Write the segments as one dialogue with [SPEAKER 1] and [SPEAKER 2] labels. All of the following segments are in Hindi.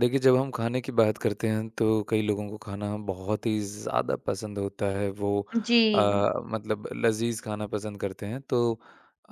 [SPEAKER 1] देखिए, जब हम खाने की बात करते हैं तो कई लोगों को खाना बहुत ही ज़्यादा पसंद होता है। वो
[SPEAKER 2] जी।
[SPEAKER 1] मतलब लज़ीज़ खाना पसंद करते हैं। तो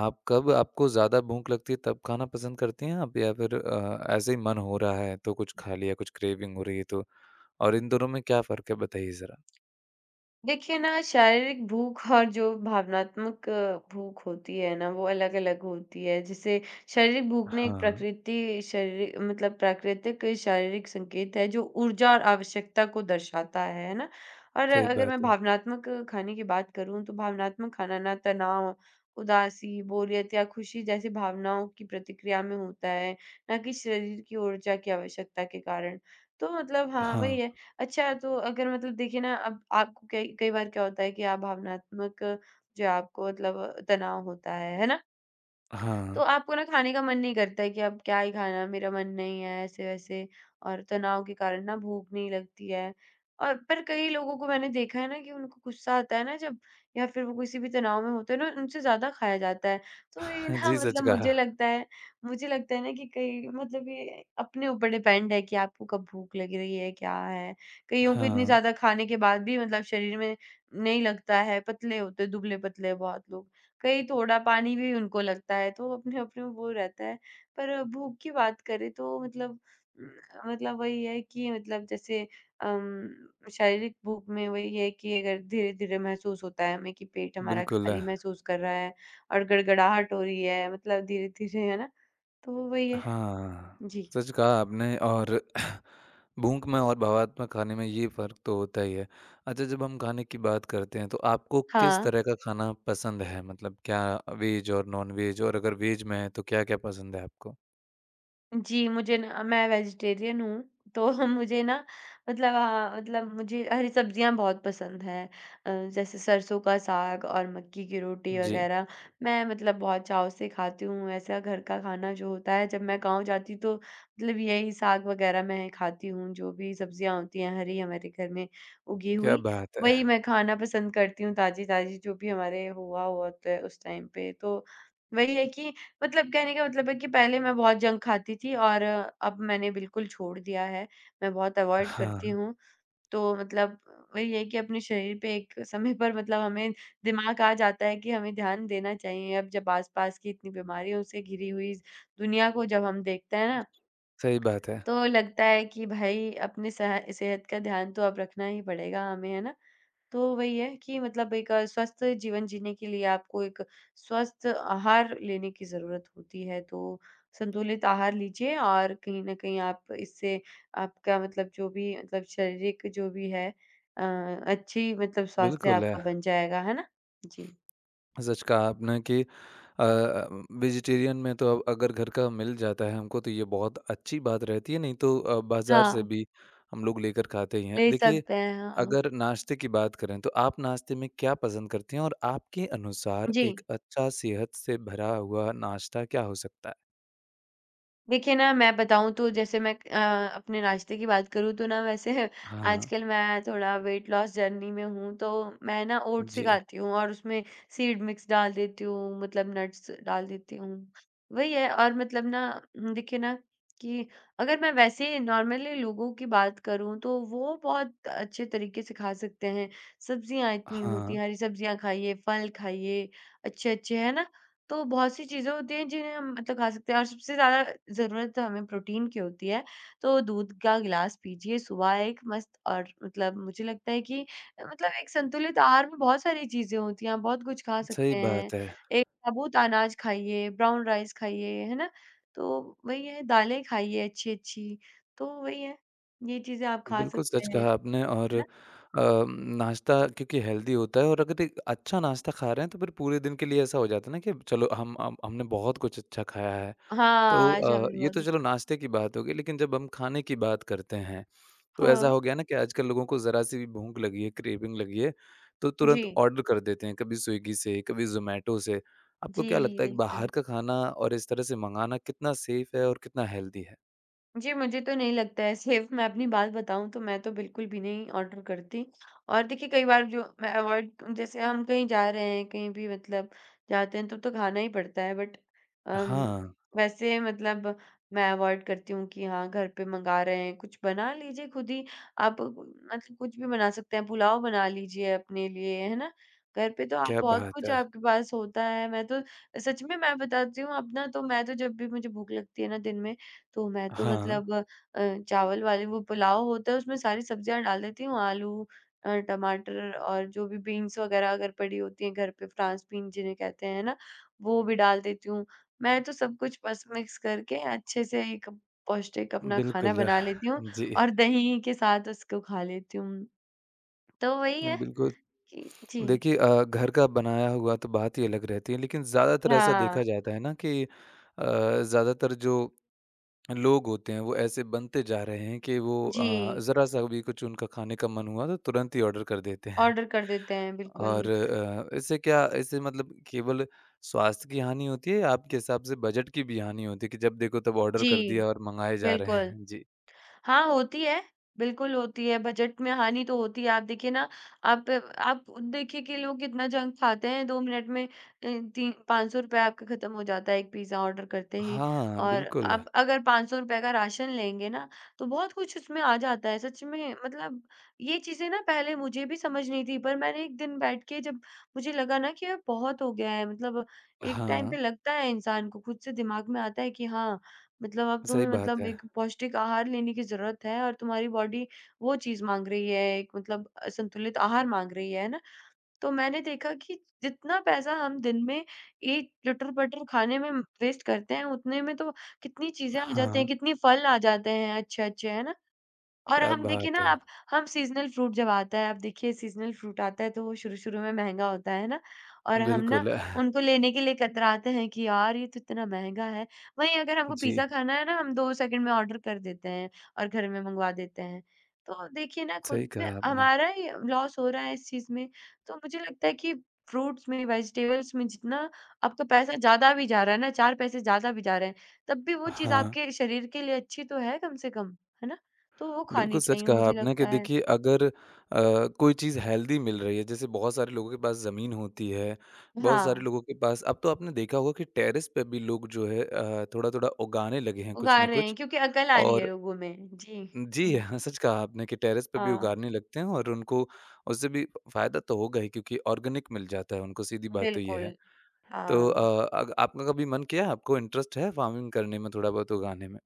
[SPEAKER 1] आप कब आपको ज़्यादा भूख लगती है तब खाना पसंद करती हैं आप या फिर ऐसे ही मन हो रहा है तो कुछ खा लिया, कुछ क्रेविंग हो रही है तो? और इन दोनों में क्या फ़र्क है बताइए ज़रा?
[SPEAKER 2] देखिए ना, शारीरिक भूख और जो भावनात्मक भूख होती है ना, वो अलग-अलग होती है। जैसे शारीरिक भूख ना एक
[SPEAKER 1] हाँ,
[SPEAKER 2] प्रकृति शरीरि मतलब प्राकृतिक शारीरिक संकेत है जो ऊर्जा और आवश्यकता को दर्शाता है ना? और
[SPEAKER 1] सही
[SPEAKER 2] अगर मैं
[SPEAKER 1] बात है।
[SPEAKER 2] भावनात्मक खाने की बात करूँ तो भावनात्मक खाना ना तनाव, उदासी, बोरियत या खुशी जैसी भावनाओं की प्रतिक्रिया में होता है, ना कि शरीर की ऊर्जा की आवश्यकता के कारण। तो मतलब हाँ,
[SPEAKER 1] हाँ,
[SPEAKER 2] वही है। अच्छा, तो अगर मतलब देखिए ना, अब आपको कई कई बार क्या होता है कि आप भावनात्मक जो है, आपको मतलब तनाव होता है ना? तो
[SPEAKER 1] हाँ।
[SPEAKER 2] आपको ना खाने का मन नहीं करता है कि अब क्या ही खाना, मेरा मन नहीं है ऐसे-वैसे, और तनाव के कारण ना भूख नहीं लगती है। और पर कई लोगों को मैंने देखा है ना कि उनको गुस्सा आता है ना जब या फिर वो किसी भी तनाव में होते हैं ना, उनसे ज़्यादा खाया जाता है। तो ये
[SPEAKER 1] हाँ
[SPEAKER 2] ना
[SPEAKER 1] जी, सच
[SPEAKER 2] मतलब
[SPEAKER 1] कहा।
[SPEAKER 2] मुझे लगता है, मुझे लगता है ना कि कई मतलब ये अपने ऊपर डिपेंड है कि आपको कब भूख लग रही है, क्या है। कईयों को इतनी
[SPEAKER 1] हाँ,
[SPEAKER 2] ज़्यादा खाने के बाद भी मतलब शरीर में नहीं लगता है, पतले होते दुबले-पतले बहुत लोग। कहीं थोड़ा पानी भी उनको लगता है, तो अपने-अपने में वो रहता है। पर भूख की बात करें तो मतलब मतलब वही है कि मतलब जैसे शारीरिक भूख में वही है कि अगर धीरे-धीरे महसूस होता है हमें कि पेट हमारा
[SPEAKER 1] बिल्कुल।
[SPEAKER 2] खाली महसूस कर रहा है और गड़गड़ाहट हो रही है, मतलब धीरे-धीरे, है ना? तो वो वही है।
[SPEAKER 1] हाँ,
[SPEAKER 2] जी।
[SPEAKER 1] सच कहा आपने और भूख में और भावात्मक खाने में ये फ़र्क तो होता ही है। अच्छा जब हम खाने की बात करते हैं तो आपको किस
[SPEAKER 2] हाँ।
[SPEAKER 1] तरह का खाना पसंद है? मतलब क्या वेज और नॉन-वेज और अगर वेज में है तो क्या-क्या पसंद है आपको?
[SPEAKER 2] जी, मुझे ना, मैं वेजिटेरियन हूँ, तो मुझे ना मतलब मतलब मुझे हरी सब्जियाँ बहुत पसंद हैं। जैसे सरसों का साग और मक्की की रोटी
[SPEAKER 1] जी,
[SPEAKER 2] वग़ैरह, मैं मतलब बहुत चाव से खाती हूँ। ऐसा घर का खाना जो होता है, जब मैं गाँव जाती हूँ, तो मतलब यही साग वग़ैरह मैं खाती हूँ, जो भी सब्जियाँ होती हैं हरी हमारे घर में उगी
[SPEAKER 1] क्या
[SPEAKER 2] हुई,
[SPEAKER 1] बात है!
[SPEAKER 2] वही मैं खाना पसंद करती हूँ, ताज़ी-ताज़ी जो भी हमारे हुआ हुआ होता है उस टाइम पे। तो वही है कि मतलब कहने का मतलब है कि पहले मैं बहुत जंक खाती थी और अब मैंने बिल्कुल छोड़ दिया है। मैं बहुत अवॉइड करती
[SPEAKER 1] हाँ,
[SPEAKER 2] हूँ। तो मतलब वही है कि अपने शरीर पे एक समय पर मतलब हमें दिमाग आ जाता है कि हमें ध्यान देना चाहिए। अब जब आस-पास की इतनी बीमारियों से घिरी हुई इस दुनिया को जब हम देखते हैं ना,
[SPEAKER 1] सही बात है।
[SPEAKER 2] तो लगता है कि भाई अपनी सेहत का ध्यान तो अब रखना ही पड़ेगा हमें, है ना? तो वही है कि मतलब एक स्वस्थ जीवन जीने के लिए आपको एक स्वस्थ आहार लेने की ज़रूरत होती है, तो संतुलित आहार लीजिए और कहीं न कहीं आप इससे आपका मतलब जो भी मतलब शारीरिक जो भी है अ, अच्छी मतलब स्वास्थ्य
[SPEAKER 1] बिल्कुल है।
[SPEAKER 2] आपका बन जाएगा, है ना? जी।
[SPEAKER 1] सच कहा आपने कि अ, वेजिटेरियन में तो अब अगर घर का मिल जाता है हमको तो ये बहुत अच्छी बात रहती है, नहीं तो बाज़ार
[SPEAKER 2] हाँ,
[SPEAKER 1] से भी हम लोग लेकर खाते ही हैं।
[SPEAKER 2] ले
[SPEAKER 1] देखिए,
[SPEAKER 2] सकते हैं, हाँ।
[SPEAKER 1] अगर नाश्ते की बात करें तो आप नाश्ते में क्या पसंद करती हैं और आपके अनुसार
[SPEAKER 2] जी।
[SPEAKER 1] एक अच्छा सेहत से भरा हुआ नाश्ता क्या हो सकता है?
[SPEAKER 2] देखिए ना, मैं बताऊँ तो जैसे मैं अपने नाश्ते की बात करूँ तो ना वैसे
[SPEAKER 1] हाँ,
[SPEAKER 2] आजकल मैं थोड़ा वेट लॉस जर्नी में हूँ, तो मैं ना ओट्स ही
[SPEAKER 1] जी।
[SPEAKER 2] खाती हूँ और उसमें सीड मिक्स डाल देती हूँ, मतलब नट्स डाल देती हूँ। वही है और मतलब ना देखिए ना कि अगर मैं वैसे नॉर्मली लोगों की बात करूँ तो वो बहुत अच्छे तरीके से खा सकते हैं। सब्जियाँ इतनी होती
[SPEAKER 1] हाँ,
[SPEAKER 2] हैं, हरी सब्जियाँ खाइए, फल खाइए अच्छे-अच्छे, है ना? तो बहुत सी चीज़ें होती हैं जिन्हें हम मतलब खा सकते हैं, और सबसे ज़्यादा ज़रूरत तो हमें प्रोटीन की होती है। तो दूध का गिलास पीजिए सुबह एक मस्त, और मतलब मुझे लगता है कि मतलब एक संतुलित आहार में बहुत सारी चीज़ें होती हैं, आप बहुत कुछ खा
[SPEAKER 1] सही
[SPEAKER 2] सकते हैं।
[SPEAKER 1] बात है।
[SPEAKER 2] एक साबूत अनाज खाइए, ब्राउन राइस खाइए, है ना? तो वही है, दालें खाइए अच्छी-अच्छी, तो वही है, ये चीज़ें आप खा
[SPEAKER 1] बिल्कुल
[SPEAKER 2] सकते
[SPEAKER 1] सच
[SPEAKER 2] हैं, है
[SPEAKER 1] कहा आपने और
[SPEAKER 2] ना?
[SPEAKER 1] नाश्ता क्योंकि हेल्दी होता है और अगर एक अच्छा नाश्ता खा रहे हैं तो फिर पूरे दिन के लिए ऐसा हो जाता है ना कि चलो हम हमने बहुत कुछ अच्छा खाया है तो
[SPEAKER 2] हाँ, आज हमने
[SPEAKER 1] ये
[SPEAKER 2] बहुत
[SPEAKER 1] तो चलो
[SPEAKER 2] अच्छा।
[SPEAKER 1] नाश्ते की बात हो गई लेकिन जब हम खाने की बात करते हैं तो ऐसा
[SPEAKER 2] हाँ।
[SPEAKER 1] हो गया ना कि आजकल लोगों को ज़रा सी भी भूख लगी है क्रेविंग लगी है तो
[SPEAKER 2] जी,
[SPEAKER 1] तुरंत ऑर्डर कर देते हैं कभी स्विगी से कभी जोमेटो से आपको क्या
[SPEAKER 2] जी,
[SPEAKER 1] लगता है कि बाहर
[SPEAKER 2] बिल्कुल।
[SPEAKER 1] का खाना और इस तरह से मंगाना कितना सेफ है और कितना हेल्दी है।
[SPEAKER 2] जी, मुझे तो नहीं लगता है सेफ, मैं अपनी बात बताऊँ तो मैं तो बिल्कुल भी नहीं ऑर्डर करती। और देखिए कई बार जो मैं अवॉइड जैसे हम कहीं जा रहे हैं, कहीं भी मतलब जाते हैं तो खाना ही पड़ता है बट अम,
[SPEAKER 1] हाँ,
[SPEAKER 2] वैसे मतलब मैं अवॉइड करती हूँ कि हाँ, घर पे मँगा रहे हैं, कुछ बना लीजिए खुद ही। आप मतलब कुछ भी बना सकते हैं, पुलाव बना लीजिए अपने लिए, है ना? घर पे तो आप
[SPEAKER 1] क्या
[SPEAKER 2] बहुत
[SPEAKER 1] बात
[SPEAKER 2] कुछ
[SPEAKER 1] है।
[SPEAKER 2] आपके पास होता है, मैं तो सच में मैं बताती हूँ अपना, तो मैं तो जब भी मुझे भूख लगती है ना दिन में, तो मैं तो
[SPEAKER 1] हाँ,
[SPEAKER 2] मतलब चावल वाले वो पुलाव होता है, उसमें सारी सब्जियाँ डाल देती हूँ, आलू, टमाटर और जो भी बीन्स वगैरह अगर पड़ी होती हैं घर पे, फ्रांस बीन्स जिन्हें कहते हैं ना, वो भी डाल देती हूँ। मैं तो सब कुछ बस मिक्स करके अच्छे से एक पौष्टिक अपना खाना
[SPEAKER 1] बिल्कुल,
[SPEAKER 2] बना लेती हूँ
[SPEAKER 1] जी।
[SPEAKER 2] और दही के साथ उसको खा लेती हूँ। तो वही है
[SPEAKER 1] बिल्कुल,
[SPEAKER 2] कि जी।
[SPEAKER 1] देखिए घर का बनाया हुआ तो बात ही अलग रहती है, लेकिन ज़्यादातर ऐसा
[SPEAKER 2] हाँ,
[SPEAKER 1] देखा जाता है ना कि ज़्यादातर जो लोग होते हैं, वो ऐसे बनते जा रहे हैं कि वो
[SPEAKER 2] जी,
[SPEAKER 1] ज़रा-सा भी कुछ उनका खाने का मन हुआ, तो तुरंत ही ऑर्डर कर देते हैं।
[SPEAKER 2] ऑर्डर कर देते हैं
[SPEAKER 1] और
[SPEAKER 2] बिल्कुल।
[SPEAKER 1] इससे मतलब केवल स्वास्थ्य की हानि होती है या आपके हिसाब से बजट की भी हानि होती है कि जब देखो तब ऑर्डर कर
[SPEAKER 2] जी,
[SPEAKER 1] दिया और मँगाए जा रहे
[SPEAKER 2] बिल्कुल।
[SPEAKER 1] हैं? जी।
[SPEAKER 2] हाँ, होती है। बिल्कुल होती है, बजट में हानि तो होती है। आप देखिए ना, आप देखिए कि लोग कितना जंक खाते हैं, 2 मिनट में अ, ती 500 आपका खत्म हो जाता है, एक पिज़्ज़ा ऑर्डर करते ही।
[SPEAKER 1] हाँ,
[SPEAKER 2] और
[SPEAKER 1] बिल्कुल।
[SPEAKER 2] आप अगर 500 का राशन लेंगे ना, तो बहुत कुछ उसमें आ जाता है। सच में मतलब ये चीज़ें ना पहले मुझे भी समझ नहीं थी, पर मैंने एक दिन बैठ के जब मुझे लगा ना कि अब बहुत हो गया है, मतलब एक टाइम पे
[SPEAKER 1] हाँ,
[SPEAKER 2] लगता है इंसान को, खुद से दिमाग में आता है कि हाँ, मतलब अब
[SPEAKER 1] सही
[SPEAKER 2] तुम्हें
[SPEAKER 1] बात
[SPEAKER 2] मतलब
[SPEAKER 1] है।
[SPEAKER 2] एक पौष्टिक आहार लेने की ज़रूरत है और तुम्हारी बॉडी वो चीज़ माँग रही है, एक मतलब संतुलित आहार माँग रही है ना? तो मैंने देखा कि जितना पैसा हम दिन में ये चटर-पटर खाने में वेस्ट करते हैं, उतने में तो कितनी चीज़ें आ जाती हैं,
[SPEAKER 1] हाँ,
[SPEAKER 2] कितनी फल आ जाते हैं अच्छे-अच्छे, है ना? और
[SPEAKER 1] क्या
[SPEAKER 2] हम देखिए ना
[SPEAKER 1] बात है!
[SPEAKER 2] आप, हम सीज़नल फ्रूट जब आता है, आप देखिए सीज़नल फ्रूट आता है तो वो शुरू-शुरू में महँगा होता है ना? और हम ना
[SPEAKER 1] बिल्कुल।
[SPEAKER 2] उनको लेने के लिए कतराते हैं कि यार ये तो इतना महँगा है। वहीं अगर हमको
[SPEAKER 1] जी,
[SPEAKER 2] पिज़्ज़ा खाना है ना, हम 2 सेकंड में ऑर्डर कर देते हैं और घर में मँगवा देते हैं। तो देखिए ना,
[SPEAKER 1] सही
[SPEAKER 2] खुद में
[SPEAKER 1] कहा आपने।
[SPEAKER 2] हमारा ही लॉस हो रहा है इस चीज़ में। तो मुझे लगता है कि फ्रूट्स में, वेजिटेबल्स में जितना आपका पैसा ज़्यादा भी जा रहा है ना, 4 पैसे ज़्यादा भी जा रहे हैं, तब भी वो चीज़
[SPEAKER 1] हाँ,
[SPEAKER 2] आपके शरीर के लिए अच्छी तो है कम से कम। है ना? तो वो खानी
[SPEAKER 1] बिल्कुल सच
[SPEAKER 2] चाहिए
[SPEAKER 1] कहा
[SPEAKER 2] मुझे
[SPEAKER 1] आपने
[SPEAKER 2] लगता
[SPEAKER 1] कि
[SPEAKER 2] है।
[SPEAKER 1] देखिए अगर कोई चीज़ हेल्दी मिल रही है, जैसे बहुत सारे लोगों के पास ज़मीन होती है, बहुत
[SPEAKER 2] हाँ,
[SPEAKER 1] सारे लोगों के पास अब तो आपने देखा होगा कि टेरेस पे भी लोग जो है थोड़ा-थोड़ा उगाने लगे हैं कुछ
[SPEAKER 2] उगा
[SPEAKER 1] ना
[SPEAKER 2] रहे हैं
[SPEAKER 1] कुछ।
[SPEAKER 2] क्योंकि अकल आ रही है
[SPEAKER 1] और
[SPEAKER 2] लोगों में। जी।
[SPEAKER 1] जी,
[SPEAKER 2] हुँ।
[SPEAKER 1] हाँ, सच कहा आपने कि टेरेस पे भी
[SPEAKER 2] हाँ,
[SPEAKER 1] उगाने लगते हैं और उनको उससे भी फ़ायदा तो होगा ही क्योंकि ऑर्गेनिक मिल जाता है उनको, सीधी बात तो ये है।
[SPEAKER 2] बिल्कुल।
[SPEAKER 1] तो
[SPEAKER 2] हाँ।
[SPEAKER 1] अ, अग आपका कभी मन किया है, आपको इंटरेस्ट है फार्मिंग करने में, थोड़ा-बहुत उगाने में?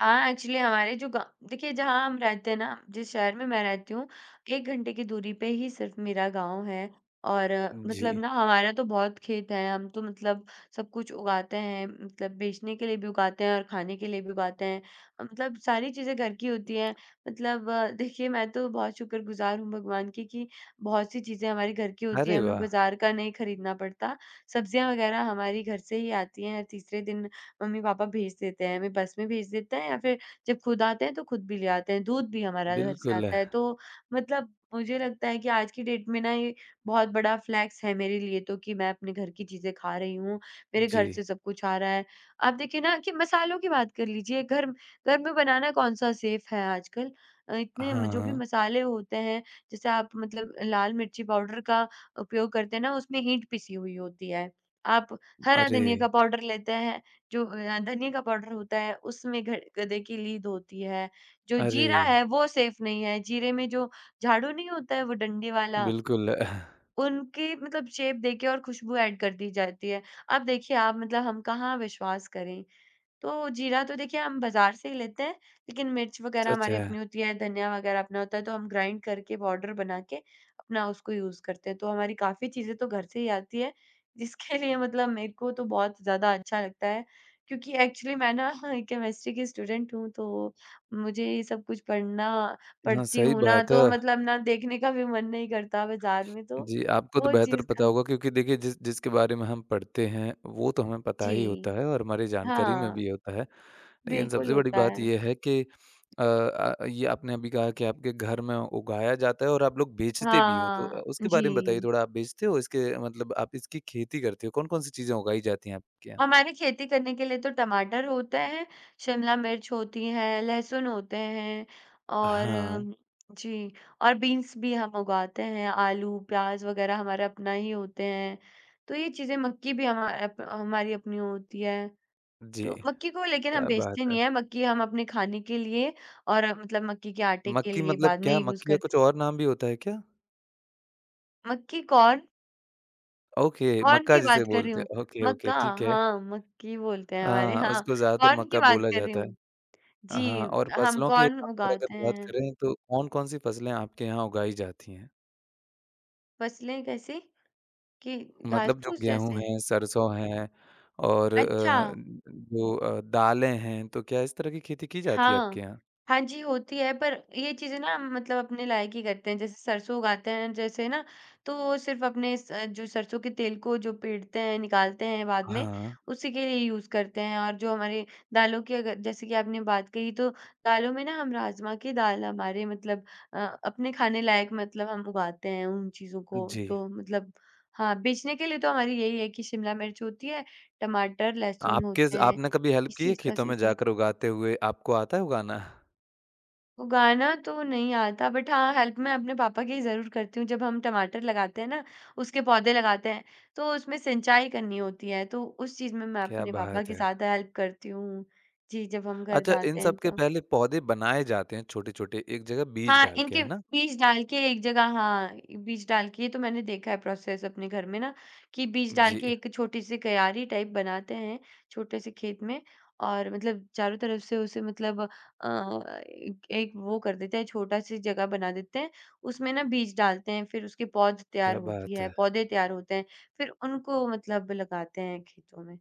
[SPEAKER 2] हाँ, एक्चुअली हमारे जो गा देखिए जहाँ हम रहते हैं ना, जिस शहर में मैं रहती हूँ, 1 घंटे की दूरी पे ही सिर्फ़ मेरा गाँव है, और
[SPEAKER 1] जी।
[SPEAKER 2] मतलब ना हमारा तो बहुत खेत है, हम तो मतलब सब कुछ उगाते हैं, मतलब बेचने के लिए भी उगाते हैं और खाने के लिए भी उगाते हैं। मतलब सारी चीज़ें घर की होती हैं, मतलब देखिए मैं तो बहुत शुक्रगुज़ार हूँ भगवान की कि बहुत सी चीज़ें हमारे घर की होती हैं,
[SPEAKER 1] अरे
[SPEAKER 2] हमें
[SPEAKER 1] वाह!
[SPEAKER 2] बाज़ार का नहीं खरीदना पड़ता। सब्ज़ियाँ वग़ैरह हमारी घर से ही आती हैं, हर तीसरे दिन मम्मी-पापा भेज देते हैं, हमें बस में भेज देते हैं या फिर जब खुद आते हैं तो खुद भी ले आते हैं, दूध भी हमारा घर से
[SPEAKER 1] बिल्कुल। है।
[SPEAKER 2] आता है। तो मतलब मुझे लगता है कि आज की डेट में ना, ये बहुत बड़ा फ्लैक्स है मेरे लिए तो, कि मैं अपने घर की चीज़ें खा रही हूँ, मेरे
[SPEAKER 1] जी।
[SPEAKER 2] घर से सब कुछ आ रहा है। आप देखिए ना कि मसालों की बात कर लीजिए, घर घर में बनाना कौन-सा सेफ है आजकल? अ, इतने म जो भी
[SPEAKER 1] हाँ।
[SPEAKER 2] मसाले होते हैं, जैसे आप मतलब लाल मिर्ची पाउडर का उपयोग करते हैं ना, उसमें ईंट पिसी हुई होती है। आप हरा धनिया
[SPEAKER 1] अरे!
[SPEAKER 2] का पाउडर लेते हैं, जो धनिये का पाउडर होता है उसमें घ गधे की लीद होती है, जो
[SPEAKER 1] अरे!
[SPEAKER 2] जीरा है वो सेफ नहीं है, जीरे में जो झाड़ू नहीं होता है वो डंडे वाला,
[SPEAKER 1] बिल्कुल। है।
[SPEAKER 2] उनकी मतलब शेप देके और खुशबू ऐड कर दी जाती है। अब देखिए आप मतलब हम कहाँ विश्वास करें? तो जीरा तो देखिए हम बाज़ार से ही लेते हैं, लेकिन मिर्च वग़ैरह
[SPEAKER 1] सच
[SPEAKER 2] हमारी
[SPEAKER 1] है।
[SPEAKER 2] अपनी होती है, धनिया वग़ैरह अपना होता है, तो हम ग्राइंड करके पाउडर बना के अपना उसको यूज़ करते हैं। तो हमारी काफ़ी चीज़ें तो घर से ही आती है, जिसके लिए मतलब मेरे को तो बहुत ज़्यादा अच्छा लगता है, क्योंकि एक्चुअली मैं ना केमिस्ट्री की स्टूडेंट हूँ, तो मुझे ये सब कुछ पढ़ना
[SPEAKER 1] हाँ,
[SPEAKER 2] पढ़ती
[SPEAKER 1] सही
[SPEAKER 2] हूँ ना,
[SPEAKER 1] बात है।
[SPEAKER 2] तो मतलब ना देखने का भी मन नहीं करता बाज़ार में, तो
[SPEAKER 1] जी, आपको तो
[SPEAKER 2] वो
[SPEAKER 1] बेहतर
[SPEAKER 2] चीज़
[SPEAKER 1] पता
[SPEAKER 2] का
[SPEAKER 1] होगा क्योंकि देखिए जिसके बारे में हम पढ़ते हैं, वो तो हमें पता ही होता
[SPEAKER 2] जी।
[SPEAKER 1] है और हमारी जानकारी में
[SPEAKER 2] हाँ,
[SPEAKER 1] भी होता है। लेकिन
[SPEAKER 2] बिल्कुल
[SPEAKER 1] सबसे बड़ी
[SPEAKER 2] होता
[SPEAKER 1] बात
[SPEAKER 2] है।
[SPEAKER 1] ये है कि ये आपने अभी कहा कि आपके घर में उगाया जाता है और आप लोग बेचते भी हो, तो
[SPEAKER 2] हाँ,
[SPEAKER 1] उसके बारे में बताइए
[SPEAKER 2] जी।
[SPEAKER 1] थोड़ा आप बेचते हो इसके मतलब आप इसकी खेती करते हो? कौन-कौन सी चीज़ें उगाई जाती हैं आपके यहाँ?
[SPEAKER 2] हमारी खेती करने के लिए तो टमाटर होते हैं, शिमला मिर्च होती है, लहसुन होते हैं और
[SPEAKER 1] हाँ,
[SPEAKER 2] जी, और बीन्स भी हम उगाते हैं, आलू, प्याज़ वग़ैरह हमारे अपना ही होते हैं। तो ये चीज़ें मक्की भी हमारी अपनी होती है।
[SPEAKER 1] जी,
[SPEAKER 2] तो मक्की को लेकिन हम
[SPEAKER 1] क्या बात
[SPEAKER 2] बेचते
[SPEAKER 1] है।
[SPEAKER 2] नहीं हैं, मक्की हम अपने खाने के लिए और मतलब मक्की के आटे के
[SPEAKER 1] मक्की
[SPEAKER 2] लिए
[SPEAKER 1] मतलब
[SPEAKER 2] बाद में
[SPEAKER 1] क्या?
[SPEAKER 2] यूज़
[SPEAKER 1] मक्की का
[SPEAKER 2] करते
[SPEAKER 1] कुछ और नाम भी होता है क्या?
[SPEAKER 2] मक्की कॉर्न,
[SPEAKER 1] ओके,
[SPEAKER 2] कॉर्न
[SPEAKER 1] मक्का
[SPEAKER 2] की
[SPEAKER 1] जिसे
[SPEAKER 2] बात कर रही
[SPEAKER 1] बोलते
[SPEAKER 2] हूँ।
[SPEAKER 1] हैं। ओके, ओके,
[SPEAKER 2] मक्का,
[SPEAKER 1] ठीक है।
[SPEAKER 2] हाँ, मक्की बोलते हैं हमारे
[SPEAKER 1] हाँ,
[SPEAKER 2] यहाँ।
[SPEAKER 1] उसको ज़्यादातर
[SPEAKER 2] कॉर्न की
[SPEAKER 1] मक्का
[SPEAKER 2] बात
[SPEAKER 1] बोला
[SPEAKER 2] कर रही
[SPEAKER 1] जाता
[SPEAKER 2] हूँ।
[SPEAKER 1] है।
[SPEAKER 2] जी,
[SPEAKER 1] हाँ, और
[SPEAKER 2] हम
[SPEAKER 1] फसलों के
[SPEAKER 2] कौन
[SPEAKER 1] नाम पर अगर
[SPEAKER 2] उगाते
[SPEAKER 1] बात
[SPEAKER 2] हैं?
[SPEAKER 1] करें तो कौन-कौन सी फसलें आपके यहाँ उगाई जाती हैं?
[SPEAKER 2] फसलें कैसी? कि
[SPEAKER 1] मतलब जो
[SPEAKER 2] घास-फूस
[SPEAKER 1] गेहूँ
[SPEAKER 2] जैसे?
[SPEAKER 1] है, सरसों है और
[SPEAKER 2] अच्छा।
[SPEAKER 1] जो दालें हैं, तो क्या इस तरह की खेती की जाती है आपके
[SPEAKER 2] हाँ।
[SPEAKER 1] यहाँ?
[SPEAKER 2] हाँ जी, होती है पर ये चीज़ें ना हम मतलब अपने लायक ही करते हैं। जैसे सरसों उगाते हैं जैसे ना, तो वो सिर्फ़ अपने स जो सरसों के तेल को जो पेड़ते हैं, निकालते हैं बाद में,
[SPEAKER 1] हाँ,
[SPEAKER 2] उसी के लिए यूज़ करते हैं। और जो हमारे दालों की अगर जैसे कि आपने बात कही तो दालों में ना हम राजमा की दाल हमारे मतलब अ, अपने खाने लायक मतलब हम उगाते हैं उन चीज़ों को।
[SPEAKER 1] जी।
[SPEAKER 2] तो मतलब हाँ, बेचने के लिए तो हमारी यही है कि शिमला मिर्च होती है, टमाटर, लहसुन
[SPEAKER 1] आपके
[SPEAKER 2] होते
[SPEAKER 1] ज
[SPEAKER 2] हैं।
[SPEAKER 1] आपने कभी हेल्प
[SPEAKER 2] इस
[SPEAKER 1] की है
[SPEAKER 2] चीज़ का
[SPEAKER 1] खेतों में
[SPEAKER 2] सीज़न
[SPEAKER 1] जाकर उगाते हुए? आपको आता है उगाना?
[SPEAKER 2] उगाना तो नहीं आता बट हाँ, हेल्प मैं अपने पापा की ज़रूर करती हूँ। जब हम टमाटर लगाते हैं ना, उसके पौधे लगाते हैं, तो उसमें सिंचाई करनी होती है, तो उस चीज़ में मैं
[SPEAKER 1] क्या
[SPEAKER 2] अपने पापा
[SPEAKER 1] बात
[SPEAKER 2] के
[SPEAKER 1] है!
[SPEAKER 2] साथ हेल्प करती हूँ। जी, जब हम घर
[SPEAKER 1] अच्छा इन
[SPEAKER 2] जाते हैं
[SPEAKER 1] सब के
[SPEAKER 2] तो।
[SPEAKER 1] पहले पौधे बनाए जाते हैं छोटे-छोटे एक जगह बीज
[SPEAKER 2] हाँ,
[SPEAKER 1] डाल के,
[SPEAKER 2] इनके
[SPEAKER 1] है ना?
[SPEAKER 2] बीज डाल के एक जगह हाँ, बीज डाल के ये तो मैंने देखा है प्रोसेस अपने घर में ना, कि बीज डाल
[SPEAKER 1] जी,
[SPEAKER 2] के एक छोटी-सी क्यारी टाइप बनाते हैं, छोटे-से खेत में और मतलब चारों तरफ से उसे मतलब एक एक वो कर देते हैं, छोटा-सी जगह बना देते हैं, उसमें ना बीज डालते हैं, फिर उसके
[SPEAKER 1] क्या बात है!
[SPEAKER 2] पौधे तैयार होते हैं, फिर उनको मतलब लगाते हैं खेतों में,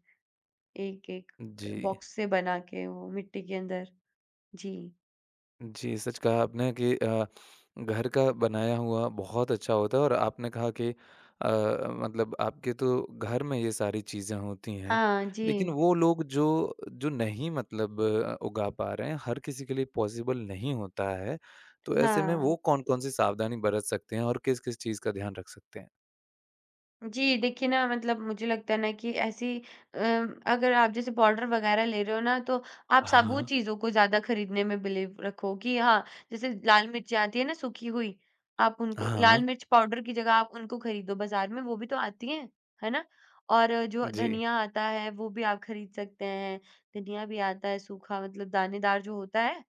[SPEAKER 2] एक-एक
[SPEAKER 1] जी।
[SPEAKER 2] बॉक्स से बना के वो मिट्टी के अंदर। जी।
[SPEAKER 1] जी, सच कहा आपने कि घर का बनाया हुआ बहुत अच्छा होता है और आपने कहा कि मतलब आपके तो घर में ये सारी चीज़ें होती हैं।
[SPEAKER 2] हाँ,
[SPEAKER 1] लेकिन
[SPEAKER 2] जी।
[SPEAKER 1] वो लोग जो जो नहीं मतलब उगा पा रहे हैं, हर किसी के लिए पॉसिबल नहीं होता है। तो ऐसे में
[SPEAKER 2] हाँ।
[SPEAKER 1] वो कौन-कौन सी सावधानी बरत सकते हैं और किस-किस चीज़ का ध्यान रख सकते हैं?
[SPEAKER 2] जी, देखिए ना मतलब मुझे लगता है ना कि ऐसी अ, अगर आप जैसे पाउडर वगैरह ले रहे हो ना तो आप साबुत
[SPEAKER 1] हाँ।
[SPEAKER 2] चीज़ों को ज़्यादा खरीदने में बिलीव रखो कि हाँ, जैसे लाल मिर्चें आती है ना सूखी हुई, आप उनको
[SPEAKER 1] हाँ,
[SPEAKER 2] लाल मिर्च पाउडर की जगह आप उनको खरीदो बाज़ार में, वो भी तो आती हैं, है ना? और जो
[SPEAKER 1] जी।
[SPEAKER 2] धनिया आता है वो भी आप खरीद सकते हैं, धनिया भी आता है सूखा मतलब दानेदार जो होता है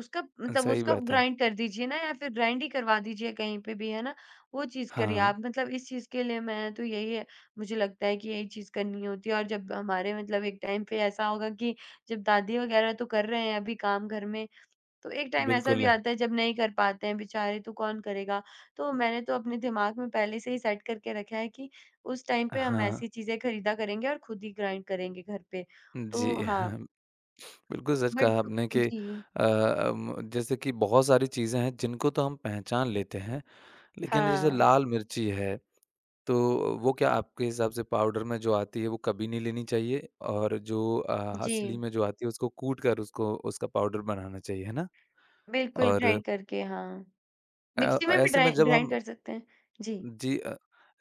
[SPEAKER 2] उसका मतलब
[SPEAKER 1] सही
[SPEAKER 2] उसका
[SPEAKER 1] बात है।
[SPEAKER 2] ग्राइंड कर दीजिए ना या फिर ग्राइंड ही करवा दीजिए कहीं पे भी, है ना? वो चीज़ करिए
[SPEAKER 1] हाँ,
[SPEAKER 2] आप मतलब इस चीज़ के लिए मैं तो यही है मुझे लगता है कि यही चीज़ करनी होती है और जब हमारे मतलब एक टाइम पे ऐसा होगा कि जब दादी वगैरह तो कर रहे हैं अभी काम घर में, तो एक टाइम ऐसा भी
[SPEAKER 1] बिल्कुल।
[SPEAKER 2] आता है जब नहीं कर पाते हैं बेचारे तो कौन करेगा? तो मैंने तो अपने दिमाग में पहले से ही सेट करके रखा है कि उस टाइम पे हम
[SPEAKER 1] हाँ,
[SPEAKER 2] ऐसी चीज़ें खरीदा करेंगे और खुद ही ग्राइंड करेंगे घर पे। तो
[SPEAKER 1] जी।
[SPEAKER 2] हाँ,
[SPEAKER 1] हाँ, बिल्कुल सच
[SPEAKER 2] बट
[SPEAKER 1] कहा आपने कि
[SPEAKER 2] जी,
[SPEAKER 1] जैसे कि बहुत सारी चीज़ें हैं जिनको तो हम पहचान लेते हैं, लेकिन जैसे
[SPEAKER 2] हाँ,
[SPEAKER 1] लाल मिर्ची है, तो वो क्या आपके हिसाब से पाउडर में जो आती है वो कभी नहीं लेनी चाहिए और जो
[SPEAKER 2] जी।
[SPEAKER 1] असली में जो आती है उसको कूट कर उसको उसका पाउडर बनाना चाहिए, है ना?
[SPEAKER 2] बिल्कुल,
[SPEAKER 1] और
[SPEAKER 2] ग्राइंड करके, हाँ। मिक्सी में भी
[SPEAKER 1] ऐसे
[SPEAKER 2] ड्राइ
[SPEAKER 1] में जब
[SPEAKER 2] ग्राइंड
[SPEAKER 1] हम
[SPEAKER 2] कर सकते हैं। जी,
[SPEAKER 1] जी अ,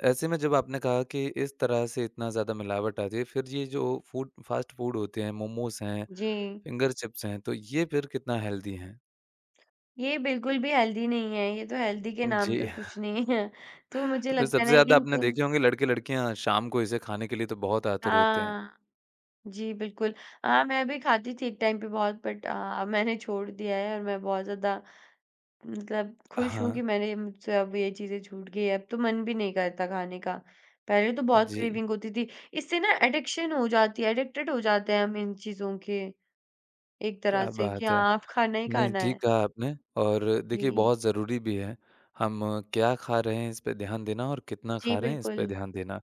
[SPEAKER 1] ऐसे में जब आपने कहा कि इस तरह से इतना ज़्यादा मिलावट आती है, फिर ये जो फूड फ़ास्ट फूड होते हैं, मोमोज़ हैं,
[SPEAKER 2] जी।
[SPEAKER 1] फिंगर चिप्स हैं, तो ये फिर कितना हेल्दी हैं?
[SPEAKER 2] ये बिल्कुल भी हेल्दी नहीं है, ये तो हेल्दी के नाम
[SPEAKER 1] जी।
[SPEAKER 2] पे कुछ नहीं है। तो मुझे
[SPEAKER 1] तो फिर
[SPEAKER 2] लगता है
[SPEAKER 1] सबसे
[SPEAKER 2] ना
[SPEAKER 1] ज़्यादा आपने
[SPEAKER 2] इनको
[SPEAKER 1] देखे होंगे लड़के-लड़कियाँ शाम को इसे खाने के लिए तो बहुत आतुर होते हैं।
[SPEAKER 2] हाँ, जी बिल्कुल। हाँ, मैं भी खाती थी एक टाइम पे बहुत बट अब मैंने छोड़ दिया है और मैं बहुत ज़्यादा मतलब खुश हूँ
[SPEAKER 1] हाँ,
[SPEAKER 2] कि मैंने मुझसे अब ये चीज़ें छूट गई है, अब तो मन भी नहीं करता खाने का। पहले तो बहुत
[SPEAKER 1] जी,
[SPEAKER 2] क्रेविंग होती थी, इससे ना एडिक्शन हो जाती है, एडिक्टेड हो जाते हैं हम इन चीज़ों के। एक तरह
[SPEAKER 1] क्या
[SPEAKER 2] से कि
[SPEAKER 1] बात है।
[SPEAKER 2] हाँ, अब खाना ही
[SPEAKER 1] नहीं,
[SPEAKER 2] खाना है।
[SPEAKER 1] ठीक कहा आपने और देखिए
[SPEAKER 2] जी।
[SPEAKER 1] बहुत ज़रूरी भी है, हम क्या खा रहे हैं इस पे ध्यान देना और कितना
[SPEAKER 2] जी,
[SPEAKER 1] खा रहे हैं इस पे
[SPEAKER 2] बिल्कुल।
[SPEAKER 1] ध्यान देना।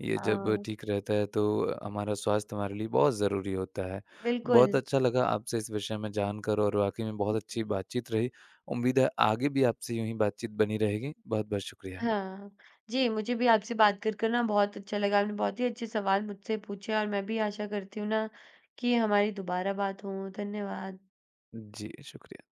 [SPEAKER 1] ये जब
[SPEAKER 2] हाँ,
[SPEAKER 1] ठीक रहता है तो हमारा स्वास्थ्य हमारे लिए बहुत ज़रूरी होता है।
[SPEAKER 2] बिल्कुल।
[SPEAKER 1] बहुत अच्छा लगा आपसे इस विषय में जानकर और वाक़ई में बहुत अच्छी बातचीत रही। उम्मीद है आगे भी आपसे यूँ ही बातचीत बनी रहेगी। बहुत-बहुत शुक्रिया।
[SPEAKER 2] हाँ। जी, मुझे भी आपसे बात कर ना बहुत अच्छा लगा। आपने बहुत ही अच्छे सवाल मुझसे पूछे और मैं भी आशा करती हूँ ना कि हमारी दोबारा बात हो। धन्यवाद।
[SPEAKER 1] जी, शुक्रिया।